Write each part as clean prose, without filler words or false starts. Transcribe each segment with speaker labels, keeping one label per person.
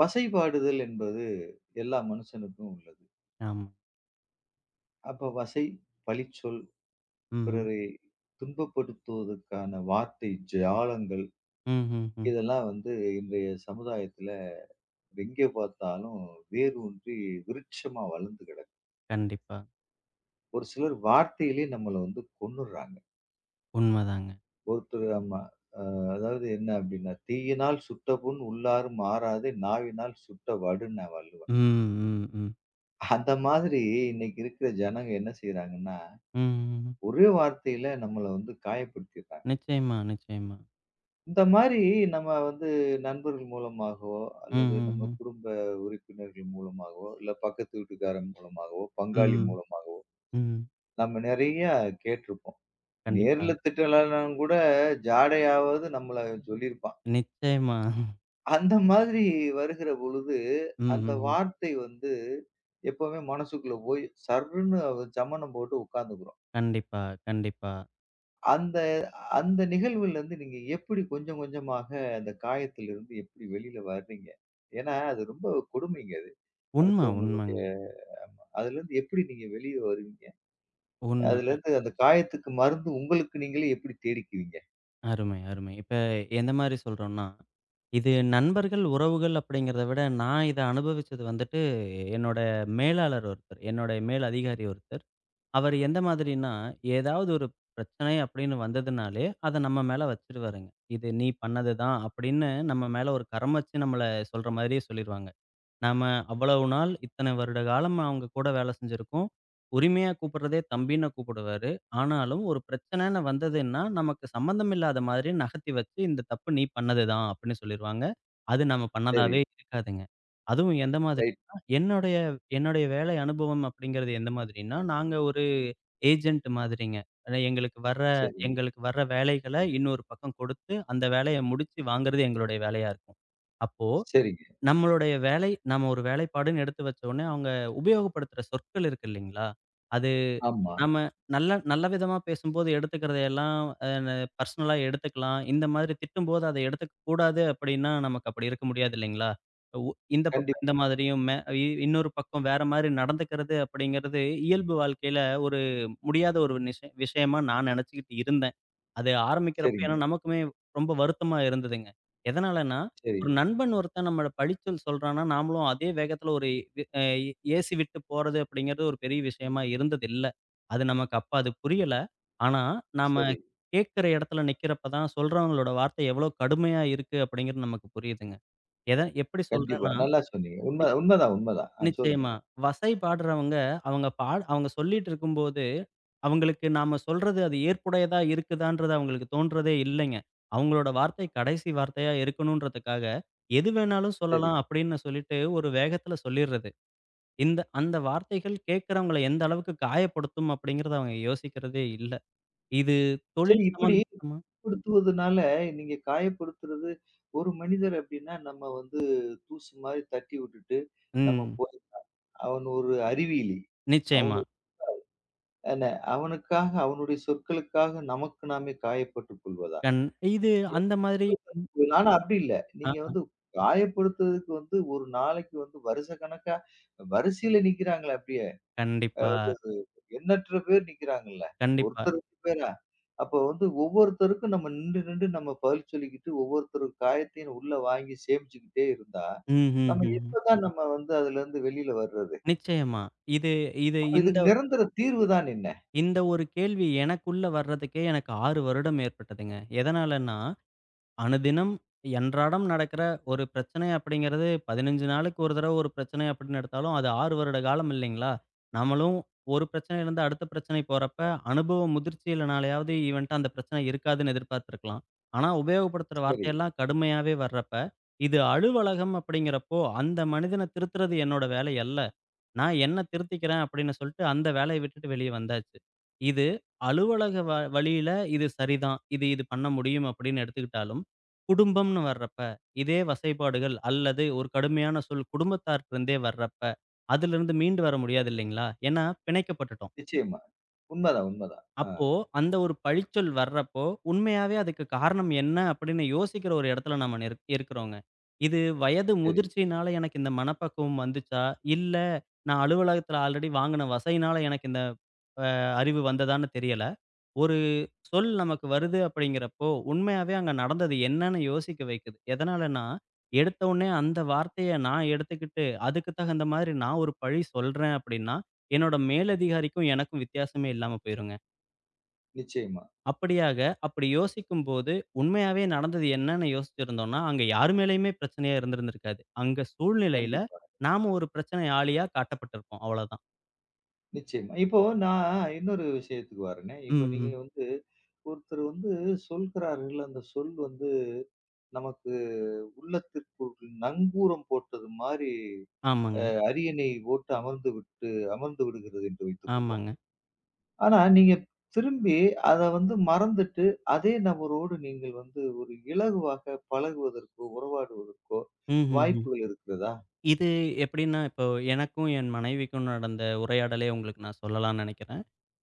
Speaker 1: வசைபாடுதல் என்பது எல்லா மனுஷனுக்கும் உள்ளது.
Speaker 2: ஆமா.
Speaker 1: அப்ப வசை, பழிச்சொல்,
Speaker 2: ம்.
Speaker 1: பிறரை துன்பப்படுத்துவதற்கான வார்த்தை ஜாலங்கள்,
Speaker 2: ம்ஹ்ஹ்ம்.
Speaker 1: இதெல்லாம் வந்து இன்றைய சமுதாயத்துல எங்கே பார்த்தாலும் வேரூன்றி விருட்சமா வளர்ந்து கிடக்கு.
Speaker 2: கண்டிப்பா.
Speaker 1: ஒரு சிலர் வார்த்தையிலே நம்மள வந்து கொன்னுடுறாங்க.
Speaker 2: உண்மதாங்க.
Speaker 1: ஒருத்தர் ஆமா. அ அதாவது என்ன அப்டின்னா, "தீயினால் சுட்ட புண் உள்ளாறும் ஆறாதே, நாவினால் சுட்ட வடுன்னு
Speaker 2: ம்,
Speaker 1: வள்ளுவன்."
Speaker 2: ம், ம்.
Speaker 1: அந்த மாதிரி இன்னைக்கு இருக்கிற ஜனங்க என்ன செய்றாங்கன்னா
Speaker 2: ம்.
Speaker 1: ஒரே வார்த்தையில நம்மள வந்து காயப்படுத்திடுறாங்க.
Speaker 2: நிச்சயமா, நிச்சயமா.
Speaker 1: இந்த மாரி நம்ம வந்து நண்பர்கள் மூலமாகவோ, அல்லது நம்ம
Speaker 2: ம்ஹ்ஹ்ம்.
Speaker 1: குடும்ப உறுப்பினர்கள் மூலமாகவோ, இல்ல பக்கத்து வீட்டுக்காரன் மூலமாகவோ, பங்காளி
Speaker 2: ம்.
Speaker 1: மூலமாகவோ
Speaker 2: ம்.
Speaker 1: நம்ம நெறைய கேட்டுருப்போம்.
Speaker 2: கண்டிப்பா.
Speaker 1: நேர்ல திட்டலனாலும் கூட ஜாடையாவது நம்மள சொல்லியிருப்பான்.
Speaker 2: நிச்சயமா.
Speaker 1: அந்த மாதிரி வருகிற பொழுது, அந்த
Speaker 2: ம்ஹ்ஹ்ம்.
Speaker 1: வார்த்தை வந்து எப்பவுமே மனசுக்குள்ள போய் சர்ருன்னு சமணம் போட்டு உட்கார்ந்துக்கும்.
Speaker 2: கண்டிப்பா, கண்டிப்பா.
Speaker 1: அந்த அந்த நிகழ்விலிருந்து நீங்க எப்படி கொஞ்சம் கொஞ்சமாக அந்த காயத்திலிருந்து எப்படி வெளியில வர்றீங்க? ஏன்னா, அது ரொம்ப கொடுமைங்க அது.
Speaker 2: உண்ம, உண்மங்க.
Speaker 1: அடுத்தவங்களுடைய ஆமா. அதுலருந்து எப்படி நீங்க வெளிய வருவீங்க?
Speaker 2: உண்ம.
Speaker 1: அதுலருந்து அந்த காயத்துக்கு மருந்து உங்களுக்கு நீங்களே எப்படி தேடிக்குவீங்க?
Speaker 2: அருமை, அருமை. இப்ப எந்த மாரி சொல்றோம்னா, இது நண்பர்கள், உறவுகள் அப்படிங்கிறத விட, நான் இத அனுபவிச்சது வந்துட்டு, என்னோட மேலாளர் ஒருத்தர். என்னோட மேல் அதிகாரி ஒருத்தர். அவரு எந்த மாதிரின்னா, ஏதாவது ஒரு பிரச்சனை அப்படின்னு வந்ததுனாலே, அத நம்ம மேல வச்சுருவாருங்க. "இது நீ பண்ணது தான்" அப்படின்னு நம்ம மேல ஒரு கரம் வச்சு நம்மள சொல்ற மாரியே சொல்லிருவாங்க. நாம அவ்வளவு நாள், இத்தனை வருட காலம் அவங்க கூட வேலை செஞ்சிருக்கோம். உரிமையா கூப்பிடுறதே தம்பின்னு கூப்பிடுவாரு. ஆனாலும் ஒரு பிரச்சனைன்னு வந்ததுன்னா, நமக்கு சம்மந்தம் இல்லாத மாதிரி நகர்த்தி வச்சு, "இந்த தப்பு நீ பண்ணது தான்" அப்படின்னு சொல்லிருவாங்க. அது நம்ம
Speaker 1: சரி,
Speaker 2: பண்ணதாவே இருக்காதுங்க. அதுவும் எந்த
Speaker 1: ரைட்.
Speaker 2: மாதிரின்னா, என்னுடைய என்னுடைய வேலை அனுபவம் அப்படிங்கிறது எந்த மாதிரின்னா, நாங்க ஒரு ஏஜென்ட் மாதிரிங்க. அ எங்களுக்கு வர்ற
Speaker 1: சரி.
Speaker 2: எங்களுக்கு வர்ற வேலைகள இன்னொரு பக்கம் கொடுத்து, அந்த வேலைய முடிச்சு வாங்குறது எங்களுடைய வேலையா இருக்கும். அப்போ
Speaker 1: சரிங்க.
Speaker 2: நம்மளுடைய வேலை நம்ம ஒரு வேலைப்பாடுன்னு எடுத்து வச்சோனே, அவங்க உபயோகப்படுத்துற சொற்கள் இருக்கு இல்லைங்களா? அது
Speaker 1: ஆமா.
Speaker 2: நாம நல்ல நல்ல விதமா பேசும்போது எடுத்துக்கிறதையெல்லாம் அ பர்சனலா எடுத்துக்கலாம். இந்த மாதிரி திட்டும்போது அத எடுத்துக்க கூடாது அப்படின்னா, நமக்கு அப்படி இருக்க முடியாது இல்லைங்களா? உ இந்த பக்கம்
Speaker 1: கண்டிப்பா.
Speaker 2: இந்த மாதிரியும் இன்னொரு பக்கம் வேற மாரி நடந்துக்கிறது அப்படிங்கிறது இயல்பு வாழ்க்கையில ஒரு முடியாத ஒரு விஷயமா நான் நெனச்சுக்கிட்டு இருந்தேன். அது ஆரம்பிக்கிறப்ப ஏன்னா
Speaker 1: சரிங்க.
Speaker 2: நமக்குமே ரொம்ப வருத்தமா இருந்ததுங்க. எதனாலன்னா,
Speaker 1: சரி,
Speaker 2: ஒரு நண்பன் ஒருத்தன் நம்மள பழிச்சொல் சொல்றான்னா, நாமளும் அதே வேகத்துல ஒரு வி அ ஏசி விட்டு போறது அப்படிங்கிறது ஒரு பெரிய விஷயமா இருந்தது இல்ல. அது நமக்கு அப்ப அது புரியல. ஆனா, நாம
Speaker 1: சரி.
Speaker 2: கேட்கிற இடத்துல நிக்கிறப்ப தான் சொல்றவங்களோட வார்த்தை எவ்வளோ கடுமையா இருக்கு அப்படிங்கிறது நமக்கு புரியுதுங்க. எத எப்படி
Speaker 1: கண்டிப்பா.
Speaker 2: சொல்றேன்னா
Speaker 1: நல்லா சொன்னீங்க. உண்ம உண்மதான், உண்மதான். ஆ சொல்லுங்க.
Speaker 2: நிச்சயமா. வசை பாடுறவங்க, அவங்க பாடு அவங்க சொல்லிட்டு இருக்கும்போது, அவங்களுக்கு நாம சொல்றது அது ஏற்புடையதா இருக்குதான்றது அவங்களுக்கு தோன்றதே இல்லைங்க. அவங்களோட வார்த்தை கடைசி வார்த்தையா இருக்கணுன்றதுக்காக, எது வேணாலும்
Speaker 1: சரி.
Speaker 2: சொல்லலாம் அப்படின்னு சொல்லிட்டு ஒரு வேகத்துல சொல்லிர்றது. இந்த அந்த வார்த்தைகள் கேட்கிறவங்கள எந்த அளவுக்கு காயப்படுத்தும் அப்படிங்கிறத அவங்க யோசிக்கிறதே இல்ல. இது
Speaker 1: சரி
Speaker 2: தொழில்
Speaker 1: இப்படி
Speaker 2: சம்மந்தமா
Speaker 1: படுத்துவதுனால நீங்க காயப்படுத்துறது ஒரு மனிதர் அப்படின்னா நம்ம வந்து தூசு மாதிரி தட்டி விட்டுட்டு நம்ம
Speaker 2: ம்.
Speaker 1: போய் அவன் ஒரு அறிவியலி.
Speaker 2: நிச்சயமா.
Speaker 1: அவனு என்ன அவனுக்காக அவனுடைய சொற்களுக்காக நமக்கு நாமே காயப்பட்டுக் கொள்வதா?
Speaker 2: கண் இது அந்த மாதிரி
Speaker 1: ஆனா அப்படி இல்ல. நீங்க
Speaker 2: ஆ
Speaker 1: வந்து காயப்படுத்துறதுக்கு வந்து ஒரு நாளைக்கு வந்து வருஷ கணக்கா வரிசையில நிக்கிறாங்களே அப்படியே.
Speaker 2: கண்டிப்பா,
Speaker 1: எண்ணற்ற பேர் நிக்கிறாங்கல்ல.
Speaker 2: கண்டிப்பா.
Speaker 1: ஒருத்தர் 2 பேரா? அப்போ வந்து ஒவ்வொருத்தருக்கும் நம்ம நிண்டு, நிண்டு நம்ம பதில் சொல்லிக்கிட்டு, ஒவ்வொருத்தர் காயத்தையும் உள்ள வாங்கி சேமிச்சுக்கிட்டே இருந்தா,
Speaker 2: ம், ம்,
Speaker 1: நம்ம
Speaker 2: ம்.
Speaker 1: எப்பதான் நம்ம வந்து அதுலருந்து வெளியில வர்றது?
Speaker 2: நிச்சயமா. இது இது
Speaker 1: அப்ப
Speaker 2: இந்த
Speaker 1: இதுக்கு நிரந்தர தீர்வு தான் என்ன?
Speaker 2: இந்த ஒரு கேள்வி எனக்குள்ள வர்றதுக்கே எனக்கு 6 வருடம் ஏற்பட்டதுங்க. எதனாலன்னா, அனுதினம் அன்றாடம் நடக்கிற ஒரு பிரச்சனை அப்படிங்கிறது 15 நாளுக்கு ஒரு தடவ ஒரு பிரச்சனை அப்படின்னு எடுத்தாலும், அது 6 வருட காலம் இல்லைங்களா? நம்மளும் ஒரு பிரச்சனையிலேருந்து அடுத்த பிரச்சனை போறப்ப, அனுபவ முதிர்ச்சியினாலயாவது இவன்ட்ட அந்த பிரச்சனை இருக்காதுன்னு எதிர்பார்த்துருக்கலாம். ஆனா, உபயோகப்படுத்துற
Speaker 1: சரி.
Speaker 2: வார்த்தையெல்லாம் கடுமையாவே வர்றப்ப, இது அலுவலகம் அப்படிங்கிறப்போ, அந்த மனிதன திருத்துறது என்னோட வேலை அல்ல. நான் என்ன திருத்திக்கிறேன் அப்படின்னு சொல்லிட்டு அந்த வேலைய விட்டுட்டு வெளிய வந்தாச்சு. இது அலுவலக வழியில இது சரிதான். இது இது பண்ண முடியும் அப்படின்னு எடுத்துக்கிட்டாலும், குடும்பம்னு வர்றப்ப, இதே வசைபாடுகள் அல்லது ஒரு கடுமையான சொல் குடும்பத்தார்ட்ட இருந்தே வர்றப்ப, அதிலிருந்து மீண்டு வர முடியாது இல்லைங்களா? ஏன்னா பிணைக்கப்பட்டுட்டோம்.
Speaker 1: நிச்சயமா. உண்மதான், உண்மதான். ஆ
Speaker 2: அப்போ அந்த ஒரு பழிச்சொல் வர்றப்போ, உண்மையாவே அதுக்கு காரணம் என்ன அப்படின்னு யோசிக்கிற ஒரு இடத்துல நம்ம இருக்கிறோங்க. இது வயது
Speaker 1: சரி.
Speaker 2: முதிர்ச்சியினால எனக்கு இந்த மனப்பக்குவம் வந்துச்சா? இல்ல நான் அலுவலகத்துல ஆல்ரெடி வாங்குன வசையினால எனக்கு இந்த அறிவு வந்ததான்னு தெரியல. ஒரு சொல் நமக்கு வருது அப்படிங்கிறப்போ, உண்மையாவே அங்க நடந்தது என்னன்னு யோசிக்க வைக்குது. எதனாலன்னா, எடுத்த உடனே அந்த வார்த்தைய நான் எடுத்துக்கிட்டு, அதுக்கு தகுந்த மாதிரி நான் ஒரு பழி சொல்றேன் அப்படின்னா, என்னோட மேலதிகாரிக்கும் எனக்கும் வித்தியாசமே இல்லாம போயிருங்க.
Speaker 1: நிச்சயமா.
Speaker 2: அப்படியாக, அப்படி யோசிக்கும்போது, உண்மையாவே நடந்தது என்னன்னு யோசிச்சிருந்தோம்னா, அங்க யார் மேலயுமே பிரச்சனையா இருந்திருந்திருக்காது. அங்க சூழ்நிலையில
Speaker 1: கண்டிப்பா.
Speaker 2: நாம ஒரு பிரச்சனை ஆளியா காட்டப்பட்டிருப்போம். அவ்வளதான்.
Speaker 1: நிச்சயமா. இப்போ நான் இன்னொரு விஷயத்துக்கு வரேனே.
Speaker 2: ம்.
Speaker 1: இப்ப நீங்க
Speaker 2: ம்.
Speaker 1: வந்து ஒருத்தர் வந்து சொல்கிறார்கள். அந்த சொல் வந்து நமக்கு உள்ளத்திற்குள் நங்கூரம் போட்டது மாரி
Speaker 2: ஆமாங்க,
Speaker 1: அரியணை போட்டு அமர்ந்து விட்டு அமர்ந்து விடுகிறது என்று வைத்துக் கொள்வோம்.
Speaker 2: ஆமாங்க.
Speaker 1: ஆனா நீங்க திரும்பி அத வந்து மறந்துட்டு, அதே நபரோடு நீங்கள் வந்து ஒரு இலகுவாக பழகுவதற்கோ, உறவாடுவதற்கோ
Speaker 2: ம்ஹ்ஹ்ம்.
Speaker 1: வாய்ப்புகள் இருக்கிறதா?
Speaker 2: இது எப்படின்னா, இப்போ எனக்கும் என் மனைவிக்கும் நடந்த உரையாடலே உங்களுக்கு நான் சொல்லலாம்னு நெனைக்கிறேன்.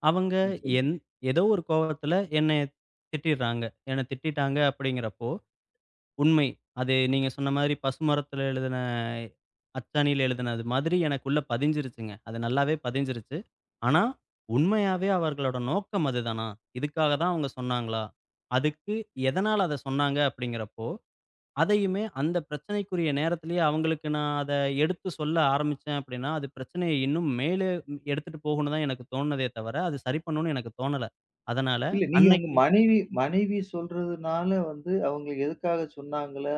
Speaker 2: அவங்க
Speaker 1: ம் சொல்லுங்க.
Speaker 2: என் ஏதோ ஒரு கோவத்துல என்னைய திட்டிடுறாங்க. என்ன திட்டிட்டாங்க அப்படிங்கிறப்போ, உண்மை. அது நீங்க சொன்ன மாதிரி பசுமரத்தில எழுதின அச்சாணியில எழுதினது மாதிரி எனக்குள்ள பதிஞ்சிருச்சுங்க. அது நல்லாவே பதிஞ்சிருச்சு. ஆனா, உண்மையாவே அவர்களோட நோக்கம் அதுதானா? இதுக்காக தான் அவங்க சொன்னாங்களா? அதுக்கு எதனால அத சொன்னாங்க? அப்படிங்கிறப்போ, அதையுமே அந்த பிரச்சனைக்குரிய நேரத்திலேயே அவங்களுக்கு நான் அத எடுத்து சொல்ல ஆரம்பிச்சேன் அப்படின்னா, அது பிரச்சனைய இன்னும் மேலே எடுத்துட்டு போகும்னு தான் எனக்கு தோணுனதே தவிர, அது சரி பண்ணணும்னு எனக்கு தோணல. அதனால
Speaker 1: இல்ல நீங்க உங்க
Speaker 2: அன்னைக்கு
Speaker 1: மனைவி மனைவி சொல்றதுனால வந்து அவங்க எதுக்காக சொன்னாங்களா?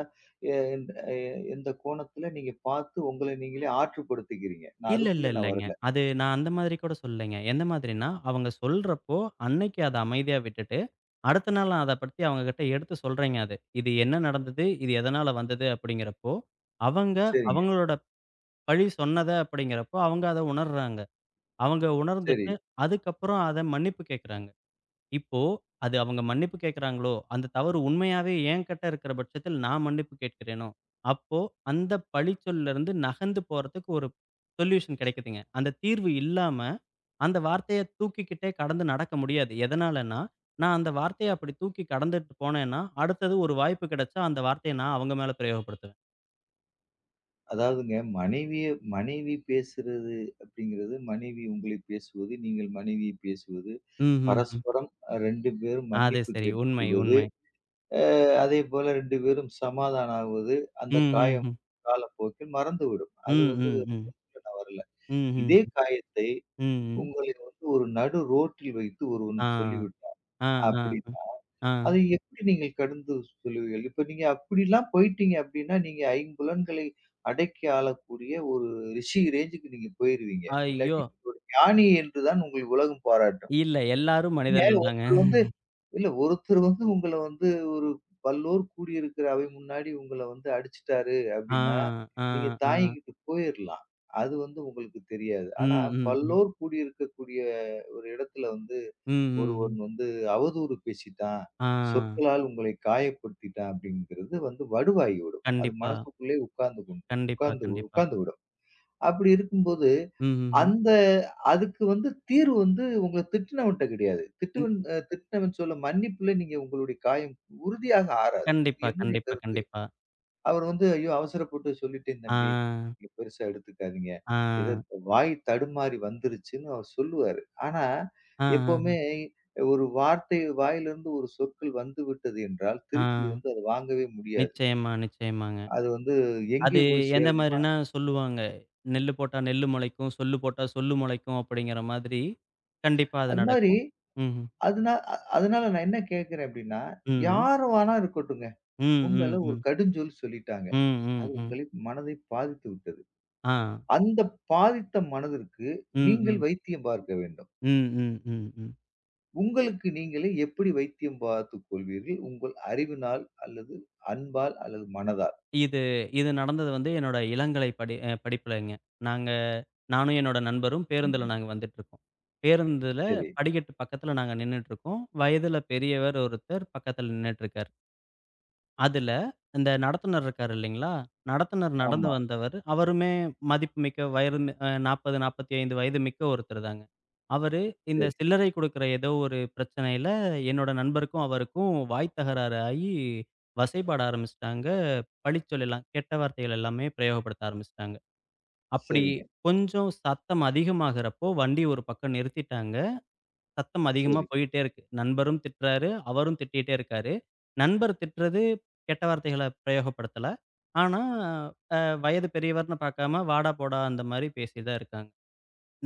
Speaker 1: எ எந்த எ எந்த கோணத்துல நீங்க பார்த்து உங்கள நீங்களே ஆற்றுப்படுத்திக்கிறீங்க. நான்
Speaker 2: இல்ல, இல்ல,
Speaker 1: அதுக்குள்ள நான்
Speaker 2: இல்லங்க.
Speaker 1: வரல.
Speaker 2: அது நான் அந்த மாதிரி கூட சொல்லலைங்க. எந்த மாதிரின்னா, அவங்க சொல்றப்போ, அன்னைக்கு அத அமைதியா விட்டுட்டு, அடுத்த நாள் நான் அத பத்தி அவங்ககிட்ட எடுத்து சொல்றேங்க அது. இது என்ன நடந்தது? இது எதனால வந்தது? அப்படிங்கிறப்போ, அவங்க
Speaker 1: சரிங்க.
Speaker 2: அவங்களோட பழி சொன்னத அப்படிங்கிறப்போ, அவங்க அத உணர்றாங்க. அவங்க
Speaker 1: சரி.
Speaker 2: உணர்ந்துட்டு, அதுக்கப்புறம் அத மன்னிப்பு கேட்கறாங்க. இப்போ அது அவங்க மன்னிப்பு கேட்குறாங்களோ, அந்த தவறு உண்மையாவே என்கிட்ட இருக்கிற பட்சத்தில் நான் மன்னிப்பு கேட்கிறேனோ, அப்போ அந்த பழிச்சொல்லருந்து நகர்ந்து போறதுக்கு ஒரு சொல்யூஷன் கிடைக்குதுங்க. அந்த தீர்வு இல்லாம அந்த வார்த்தைய தூக்கிக்கிட்டே கடந்து நடக்க முடியாது. எதனாலன்னா, நான் அந்த வார்த்தைய அப்படி தூக்கி கடந்துட்டு போனேன்னா, அடுத்தது ஒரு வாய்ப்பு கிடைச்சா அந்த வார்த்தைய நான் அவங்க மேல பிரயோகப்படுத்துவேன்.
Speaker 1: அதாவதுங்க மனைவி பேசுறது அப்படிங்கிறது, மனைவி உங்களை பேசுவது, நீங்கள் மனைவியை பேசுவது,
Speaker 2: ம், ம், ம்.
Speaker 1: பரஸ்பரம் 2 பேரும்
Speaker 2: அது
Speaker 1: மன்னிப்பு
Speaker 2: சரி. உண்மை,
Speaker 1: கேட்டுக்கொள்வது,
Speaker 2: உண்மை.
Speaker 1: அ அதேபோல 2 பேரும் சமாதானம் ஆவது,
Speaker 2: ம்,
Speaker 1: அந்த
Speaker 2: ம்,
Speaker 1: காயம்
Speaker 2: ம்.
Speaker 1: காலப்போக்கில் மறந்துவிடும். அது
Speaker 2: ம்,
Speaker 1: வந்து
Speaker 2: ம், ம்.
Speaker 1: பிரச்சனை வரல.
Speaker 2: ம், ம்,
Speaker 1: இதே
Speaker 2: ம்.
Speaker 1: காயத்தை
Speaker 2: ம், ம்.
Speaker 1: உங்களை வந்து ஒரு நடு ரோட்டில் வைத்து ஒருவன்
Speaker 2: ஆ.
Speaker 1: சொல்லிவிட்டான்.
Speaker 2: ஆ, ஆ,
Speaker 1: அப்படி
Speaker 2: ஆ. ஆ.
Speaker 1: அதை எப்படி நீங்கள் கடந்து செல்லுவீர்கள்? இப்ப நீங்க அப்படிலாம் போயிட்டீங்க அப்படின்னா, நீங்க ஐம்புலன்களை அடக்கி ஆளக்கூடிய ஒரு ரிஷி ரேஞ்சுக்கு நீங்க போயிருவீங்க.
Speaker 2: ஐயோ!
Speaker 1: இல்லாட்டி நீங்க ஒரு ஞானி என்று தான் உங்கள் உலகம் பாராட்டும்.
Speaker 2: இல்ல. எல்லாரும்
Speaker 1: நீங்க
Speaker 2: மனிதர்கள் தாங்க.
Speaker 1: ஒருத்தர் வந்து இல்ல ஒருத்தர் வந்து உங்கள வந்து ஒரு பல்லோர் கூடியிருக்கிற அவை முன்னாடி உங்கள வந்து அடிச்சுட்டாரு
Speaker 2: ஆ,
Speaker 1: அப்படின்னா,
Speaker 2: ஆ,
Speaker 1: நீங்க
Speaker 2: ஆ.
Speaker 1: தாங்கிக்கிட்டு போயிரலாம். அது வந்து உங்களுக்கு தெரியாது.
Speaker 2: ம்,
Speaker 1: ஆனா
Speaker 2: ம். ம்.
Speaker 1: பல்லோர் கூடியிருக்கக்கூடிய ஒரு இடத்துல வந்து
Speaker 2: ம், ம், ம்.
Speaker 1: ஒருவன் வந்து அவதூறு பேசிட்டான்,
Speaker 2: ஆ.
Speaker 1: சொற்களால் உங்களை காயப்படுத்திட்டான் அப்படிங்கிறது வந்து வடுவாகிவிடும். அது
Speaker 2: கண்டிப்பா,
Speaker 1: மனசுக்குள்ளே உட்கார்ந்து கொண்டு
Speaker 2: கண்டிப்பா,
Speaker 1: உட்கார்ந்து
Speaker 2: கண்டிப்பா.
Speaker 1: உட்கார்ந்து விடும். அப்படி இருக்கும்போது,
Speaker 2: ம், ம், ம்.
Speaker 1: அந்த அதுக்கு வந்து தீர்வு வந்து உங்கள திட்டுனவன்ட்ட கிடையாது.
Speaker 2: ம்.
Speaker 1: திட்டுவன் அ திட்டுனவன் சொல்ல மன்னிப்புல நீங்க உங்களுடைய காயம் உறுதியாக ஆறாது. இது
Speaker 2: கண்டிப்பா,
Speaker 1: என்னுடைய
Speaker 2: கண்டிப்பா,
Speaker 1: கருத்து.
Speaker 2: கண்டிப்பா.
Speaker 1: அவர் வந்து, "ஐயோ! அவசரப்பட்டு சொல்லிட்டேன்
Speaker 2: ஆ,
Speaker 1: தம்பி. நீங்க பெருசா எடுத்துக்காதீங்க. ஏதோ
Speaker 2: ஆ,
Speaker 1: வாய் தடுமாறி வந்துருச்சுன்னு" அவர் சொல்லுவாரு. ஆனா,
Speaker 2: ஆ, ஆ,
Speaker 1: எப்பவுமே ஒரு வார்த்தை வாயிலிருந்து ஒரு சொற்கள் வந்துவிட்டது என்றால்,
Speaker 2: ஆ.
Speaker 1: திருப்பி வந்து அத வாங்கவே முடியாது.
Speaker 2: நிச்சயமா, நிச்சயமாங்க.
Speaker 1: அது வந்து
Speaker 2: அது
Speaker 1: எங்கே போய்
Speaker 2: எந்த
Speaker 1: சேரணுமோ
Speaker 2: மாரின்னா சொல்லுவாங்க. "நெல்லு போட்டா நெல்லு முளைக்கும், சொல்லு போட்டா சொல்லு முளைக்கும்" அப்படிங்கிற மாதிரி கண்டிப்பா அது
Speaker 1: அது மாதிரி
Speaker 2: நடக்கும். ம்ஹ்ம்.
Speaker 1: அதுனா அ அதனால நான் என்ன கேட்கிறேன் அப்படின்னா,
Speaker 2: ம்.
Speaker 1: யார் வேணா இருக்கட்டுங்க.
Speaker 2: ம். ம்,
Speaker 1: உங்கள ஒரு
Speaker 2: ம்.
Speaker 1: கடுஞ்சொல் சொல்லிட்டாங்க.
Speaker 2: ம்,
Speaker 1: அது
Speaker 2: ம், ம்.
Speaker 1: உங்களை மனதை பாதித்து விட்டது.
Speaker 2: ஆ.
Speaker 1: அந்த பாதித்த மனதிற்கு
Speaker 2: ம்.
Speaker 1: நீங்கள்
Speaker 2: ம்.
Speaker 1: வைத்தியம் பார்க்க வேண்டும்.
Speaker 2: ம், ம், ம், ம்.
Speaker 1: உங்களுக்கு நீங்களே எப்படி வைத்தியம் பார்த்துக் கொள்வீர்கள்? உங்கள் அறிவினால் அல்லது அன்பால் அல்லது மனதால்?
Speaker 2: இது இது நடந்தது வந்து என்னோட இளங்கலை படிப்புலங்க. நாங்க நானும் என்னோட நண்பரும் பேருந்துல
Speaker 1: ம்.
Speaker 2: நாங்க வந்துட்டுருக்கோம். பேருந்துல
Speaker 1: சரி.
Speaker 2: படிக்கட்டு பக்கத்துல நாங்க நின்னுட்டுருக்கோம். வயதுல பெரியவர் ஒருத்தர் பக்கத்துல நின்னுட்டுருக்காரு. அதுல இந்த நடத்துனர் இருக்காரு இல்லைங்களா? நடத்துனர் நடந்து
Speaker 1: ஆமா.
Speaker 2: வந்தவர், அவருமே மதிப்புமிக்க வயது அ 40, 45 வயது மிக்க ஒருத்தர் தாங்க. அவரு இந்த
Speaker 1: சரி.
Speaker 2: சில்லறை குடுக்குற ஏதோ ஒரு பிரச்சனையில என்னோட நண்பருக்கும், அவருக்கும் வாய் தகராறு ஆயி வசைபாட ஆரம்பிச்சுட்டாங்க. பழிச்சொல் எல்லாம் கெட்ட வார்த்தைகள் எல்லாமே பிரயோகப்படுத்த ஆரம்பிச்சுட்டாங்க. அப்படி
Speaker 1: சரிங்க.
Speaker 2: கொஞ்சம் சத்தம் அதிகமாகறப்போ வண்டி ஒரு பக்கம் நிறுத்திட்டாங்க. சத்தம் அதிகமா
Speaker 1: சரி.
Speaker 2: போயிட்டே இருக்கு. நண்பரும் திட்டுறாரு, அவரும் திட்டிட்டே இருக்காரு. நண்பர் திட்டுறது கெட்ட வார்த்தைகள பிரயோகப்படுத்தல. ஆனா, அ வயது பெரியவர்ன்னு பார்க்காம, வாடா, போடா அந்த மாரி பேசி தான் இருக்காங்க.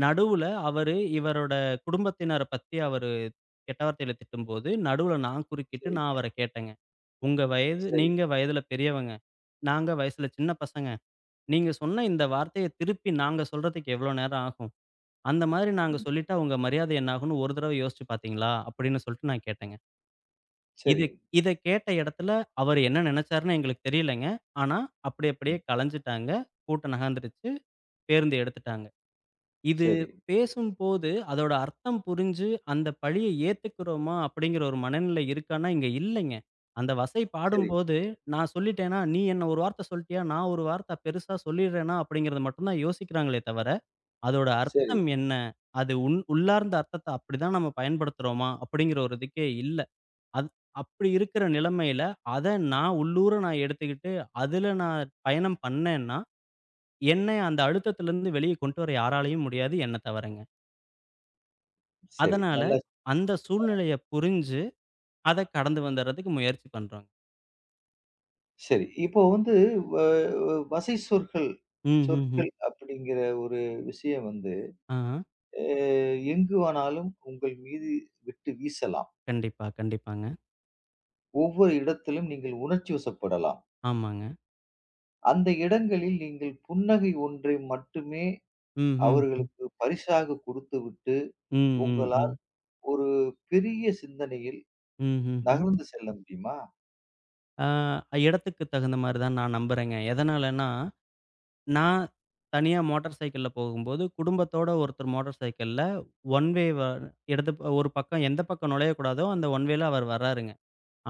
Speaker 2: நடுவுல இவரோட குடும்பத்தினர பத்தி அவரு கெட்ட வார்த்தையில திட்டும்போது, நடுவுல குறுக்கிட்டு நான்
Speaker 1: சரிங்க.
Speaker 2: அவர கேட்டேங்க. "உங்க
Speaker 1: சரி.
Speaker 2: நீங்க வயதுல பெரியவங்க. நாங்க வயசுல சின்ன பசங்க. நீங்க சொன்ன இந்த வார்த்தைய திருப்பி நாங்க சொல்றதுக்கு எவ்ளோ நேரம் ஆகும்? அந்த மாதிரி நாங்க
Speaker 1: ம்.
Speaker 2: சொல்லிட்டா, உங்க மரியாதை என்ன ஆகும்னு ஒரு தடவ யோசிச்சு பார்த்தீங்களா?" அப்படின்னு சொல்லிட்டு நான் கேட்டேங்க. இது
Speaker 1: சரி.
Speaker 2: இத கேட்ட இடத்துல அவரு என்ன நினைச்சாருன்னு எங்களுக்கு தெரியலங்க. ஆனா, அப்படி அப்படியே
Speaker 1: ம்.
Speaker 2: கலைஞ்சுட்டாங்க. கூட்டம் நகர்ந்துருச்சு. பேருந்து எடுத்துட்டாங்க. இது
Speaker 1: சரி.
Speaker 2: பேசும்போது அதோட அர்த்தம் புரிஞ்சு, அந்த பழிய ஏத்துக்கிறோமா? அப்படிங்கிற ஒரு மனநிலை இருக்கான்னா, இங்க இல்லைங்க. அந்த வசை
Speaker 1: சரி.
Speaker 2: பாடும்போது, நான் சொல்லிட்டேனா, நீ என்ன ஒரு வார்த்த சொல்ட்டியா? நான் ஒரு வார்த்த பெருசா சொல்லிடுறேனா? அப்படிங்கிறத மட்டும் தான் யோசிக்கிறாங்களே தவிர அதோட
Speaker 1: சரி.
Speaker 2: அர்த்தம் என்ன? அது உன் உள்ளார்ந்த அர்த்தத்த அப்படிதான் நம்ம பயன்படுத்துறோமா? அப்படிங்கிற ஒரு இதுக்கே இல்ல. அது அப்படி இருக்கிற நிலைமையில, அத நான் உள்ளூர நான் எடுத்துக்கிட்டு, அதுல நான் பயணம் பண்ணேன்னா, என்னை அந்த அழுத்தத்திலிருந்து வெளிய கொண்டு வர யாராலயும் முடியாது, என்ன தவிரங்க.
Speaker 1: சரி.
Speaker 2: அதனால
Speaker 1: நல்லா
Speaker 2: அந்த சூழ்நிலைய புரிஞ்சு, அத கடந்து வந்துர்றதுக்கு முயற்சி பண்றோங்க.
Speaker 1: சரி. இப்போ வந்து வ வ வசை சொற்கள்
Speaker 2: ம், ம், ம்.
Speaker 1: சொற்கள் அப்படிங்கிற ஒரு விஷயம் வந்து,
Speaker 2: ஆ.
Speaker 1: அ எங்கு வேணாலும் உங்கள் மீது விட்டு வீசலாம்.
Speaker 2: கண்டிப்பா, கண்டிப்பாங்க.
Speaker 1: ஒவ்வொரு இடத்திலும் நீங்கள் உணர்ச்சி வசப்படலாம்.
Speaker 2: ஆமாங்க.
Speaker 1: அந்த இடங்களில் நீங்கள் புன்னகை ஒன்றை மட்டுமே
Speaker 2: ம், ம். ம்.
Speaker 1: அவர்களுக்கு பரிசாக கொடுத்துவிட்டு,
Speaker 2: ம், ம்,
Speaker 1: உங்களால்
Speaker 2: ம்.
Speaker 1: ஒரு பெரிய சிந்தனையில்
Speaker 2: ம், ம், ம்.
Speaker 1: நகர்ந்து செல்ல முடியுமா?
Speaker 2: ஆ இடத்துக்கு தகுந்த மாரி தான் நான் நம்புறேங்க. எதனாலன்னா நான் தனியா மோட்டார் சைக்கிள்ல போகும்போது, குடும்பத்தோட ஒருத்தர் மோட்டார் சைக்கிள்ல ஒன் வே வ இடது ப- ஒரு பக்கம் எந்த பக்கம் நுழையக்கூடாதோ, அந்த ஒன் வேல அவர் வர்றாருங்க.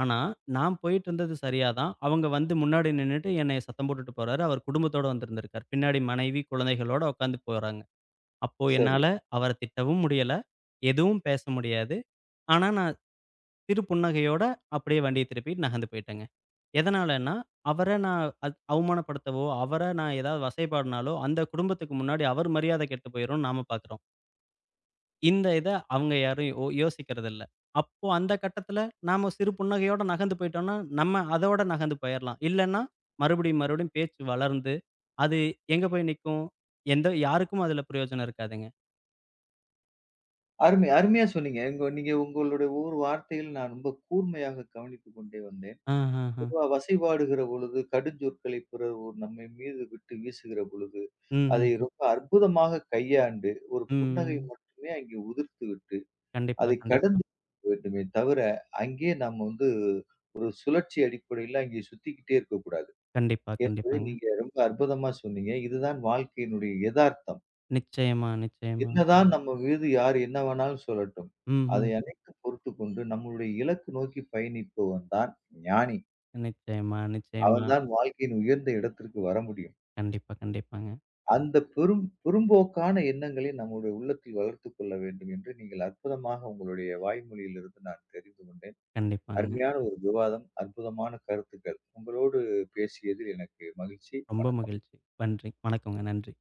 Speaker 2: ஆனா, நான் போயிட்டுருந்தது சரியா தான். அவங்க வந்து முன்னாடி நின்னுட்டு என்னைய சத்தம் போட்டுட்டு போறாரு. அவர் குடும்பத்தோட வந்திருந்திருக்கார். பின்னாடி மனைவி, குழந்தைகளோட உட்காந்து போறாங்க. அப்போ
Speaker 1: சரி.
Speaker 2: என்னால அவர திட்டவும் முடியல. எதுவும் பேச முடியாது. ஆனா, நான் சிறு புன்னகையோட அப்படியே வண்டிய திருப்பிட்டு நகர்ந்து போயிட்டேங்க. எதனாலன்னா, அவர நான் அவமானப்படுத்தவோ, அவர நான் ஏதாவது வசைபாடுனாலோ, அந்த குடும்பத்துக்கு முன்னாடி அவர் மரியாதை கெட்டு போயிரும்னு நாம பாக்குறோம். இத அவங்க யாரும் யோசிக்கிறதில்ல. அப்போ அந்த கட்டத்துல நாம சிறு புன்னகையோட நகர்ந்து போயிட்டோம்னா, நம்ம அதோட நகர்ந்து போயிரலாம். இல்லன்னா, மறுபடியும் மறுபடியும் பேச்சு வளர்ந்து, அது எங்க போய் நிக்கும்? எந்த யாருக்கும் அதுல பிரயோஜனம் இருக்காதுங்க.
Speaker 1: அருமை அருமையா சொன்னீங்க. உங்க நீங்க உங்களுடைய ஒவ்வொரு வார்த்தையில் நான் ரொம்ப கூர்மையாக கவனித்துக் கொண்டே வந்தேன்.
Speaker 2: ஆ, ஆ, ஆ.
Speaker 1: பொதுவா வசைபாடுகிற பொழுது, கடுஞ்சொற்களை பிறர் ஒரு நம்மை மீது விட்டு வீசுகிற பொழுது, அதை
Speaker 2: ம்ஹ்ம்.
Speaker 1: ரொம்ப அற்புதமாக கையாண்டு, ஒரு
Speaker 2: ம்.
Speaker 1: புன்னகை
Speaker 2: ம்.
Speaker 1: மட்டுமே அங்கே உதிர்த்துவிட்டு
Speaker 2: கண்டிப்பா,
Speaker 1: அதை
Speaker 2: கண்டிப்பா.
Speaker 1: கடந்து வேண்டுமே தவிர, அங்கேயே நம்ம வந்து ஒரு சுழற்சி அடிப்படையில அங்கே சுத்திக்கிட்டே இருக்கக்கூடாது.
Speaker 2: கண்டிப்பா,
Speaker 1: என்பதை
Speaker 2: கண்டிப்பாங்க.
Speaker 1: நீங்க ரொம்ப அற்புதமா சொன்னீங்க. இதுதான் வாழ்க்கையினுடைய எதார்த்தம்.
Speaker 2: நிச்சயமா, நிச்சயமா.
Speaker 1: என்னதான் நம்ம மீது யார் என்ன வேணாலும் சொல்லட்டும். அதை
Speaker 2: ம்ஹ்ம்.
Speaker 1: அனைத்தும் பொறுத்துக்கொண்டு நம்மளுடைய இலக்கு நோக்கி பயணிப்பவன் தான் ஞானி.
Speaker 2: நிச்சயமா,
Speaker 1: அவன்
Speaker 2: நிச்சயமா.
Speaker 1: தான் வாழ்க்கையின் உயர்ந்த இடத்திற்கு வர முடியும்.
Speaker 2: கண்டிப்பா, கண்டிப்பாங்க.
Speaker 1: அந்த பெரும்போக்கான எண்ணங்களை நம்முடைய உள்ளத்தில் வளர்த்துக் கொள்ள வேண்டும் என்று நீங்கள் அற்புதமாக உங்களுடைய வாய்மொழியிலிருந்து நான் தெரிந்து கொண்டேன்.
Speaker 2: கண்டிப்பாங்க.
Speaker 1: அருமையான ஒரு விவாதம், அற்புதமான கருத்துக்கள். உங்களோடு பேசியதில் எனக்கு மகிழ்ச்சி.
Speaker 2: ரொம்ப
Speaker 1: வணக்கம்.
Speaker 2: மகிழ்ச்சி. நன்றி. வணக்கங்க. நன்றி.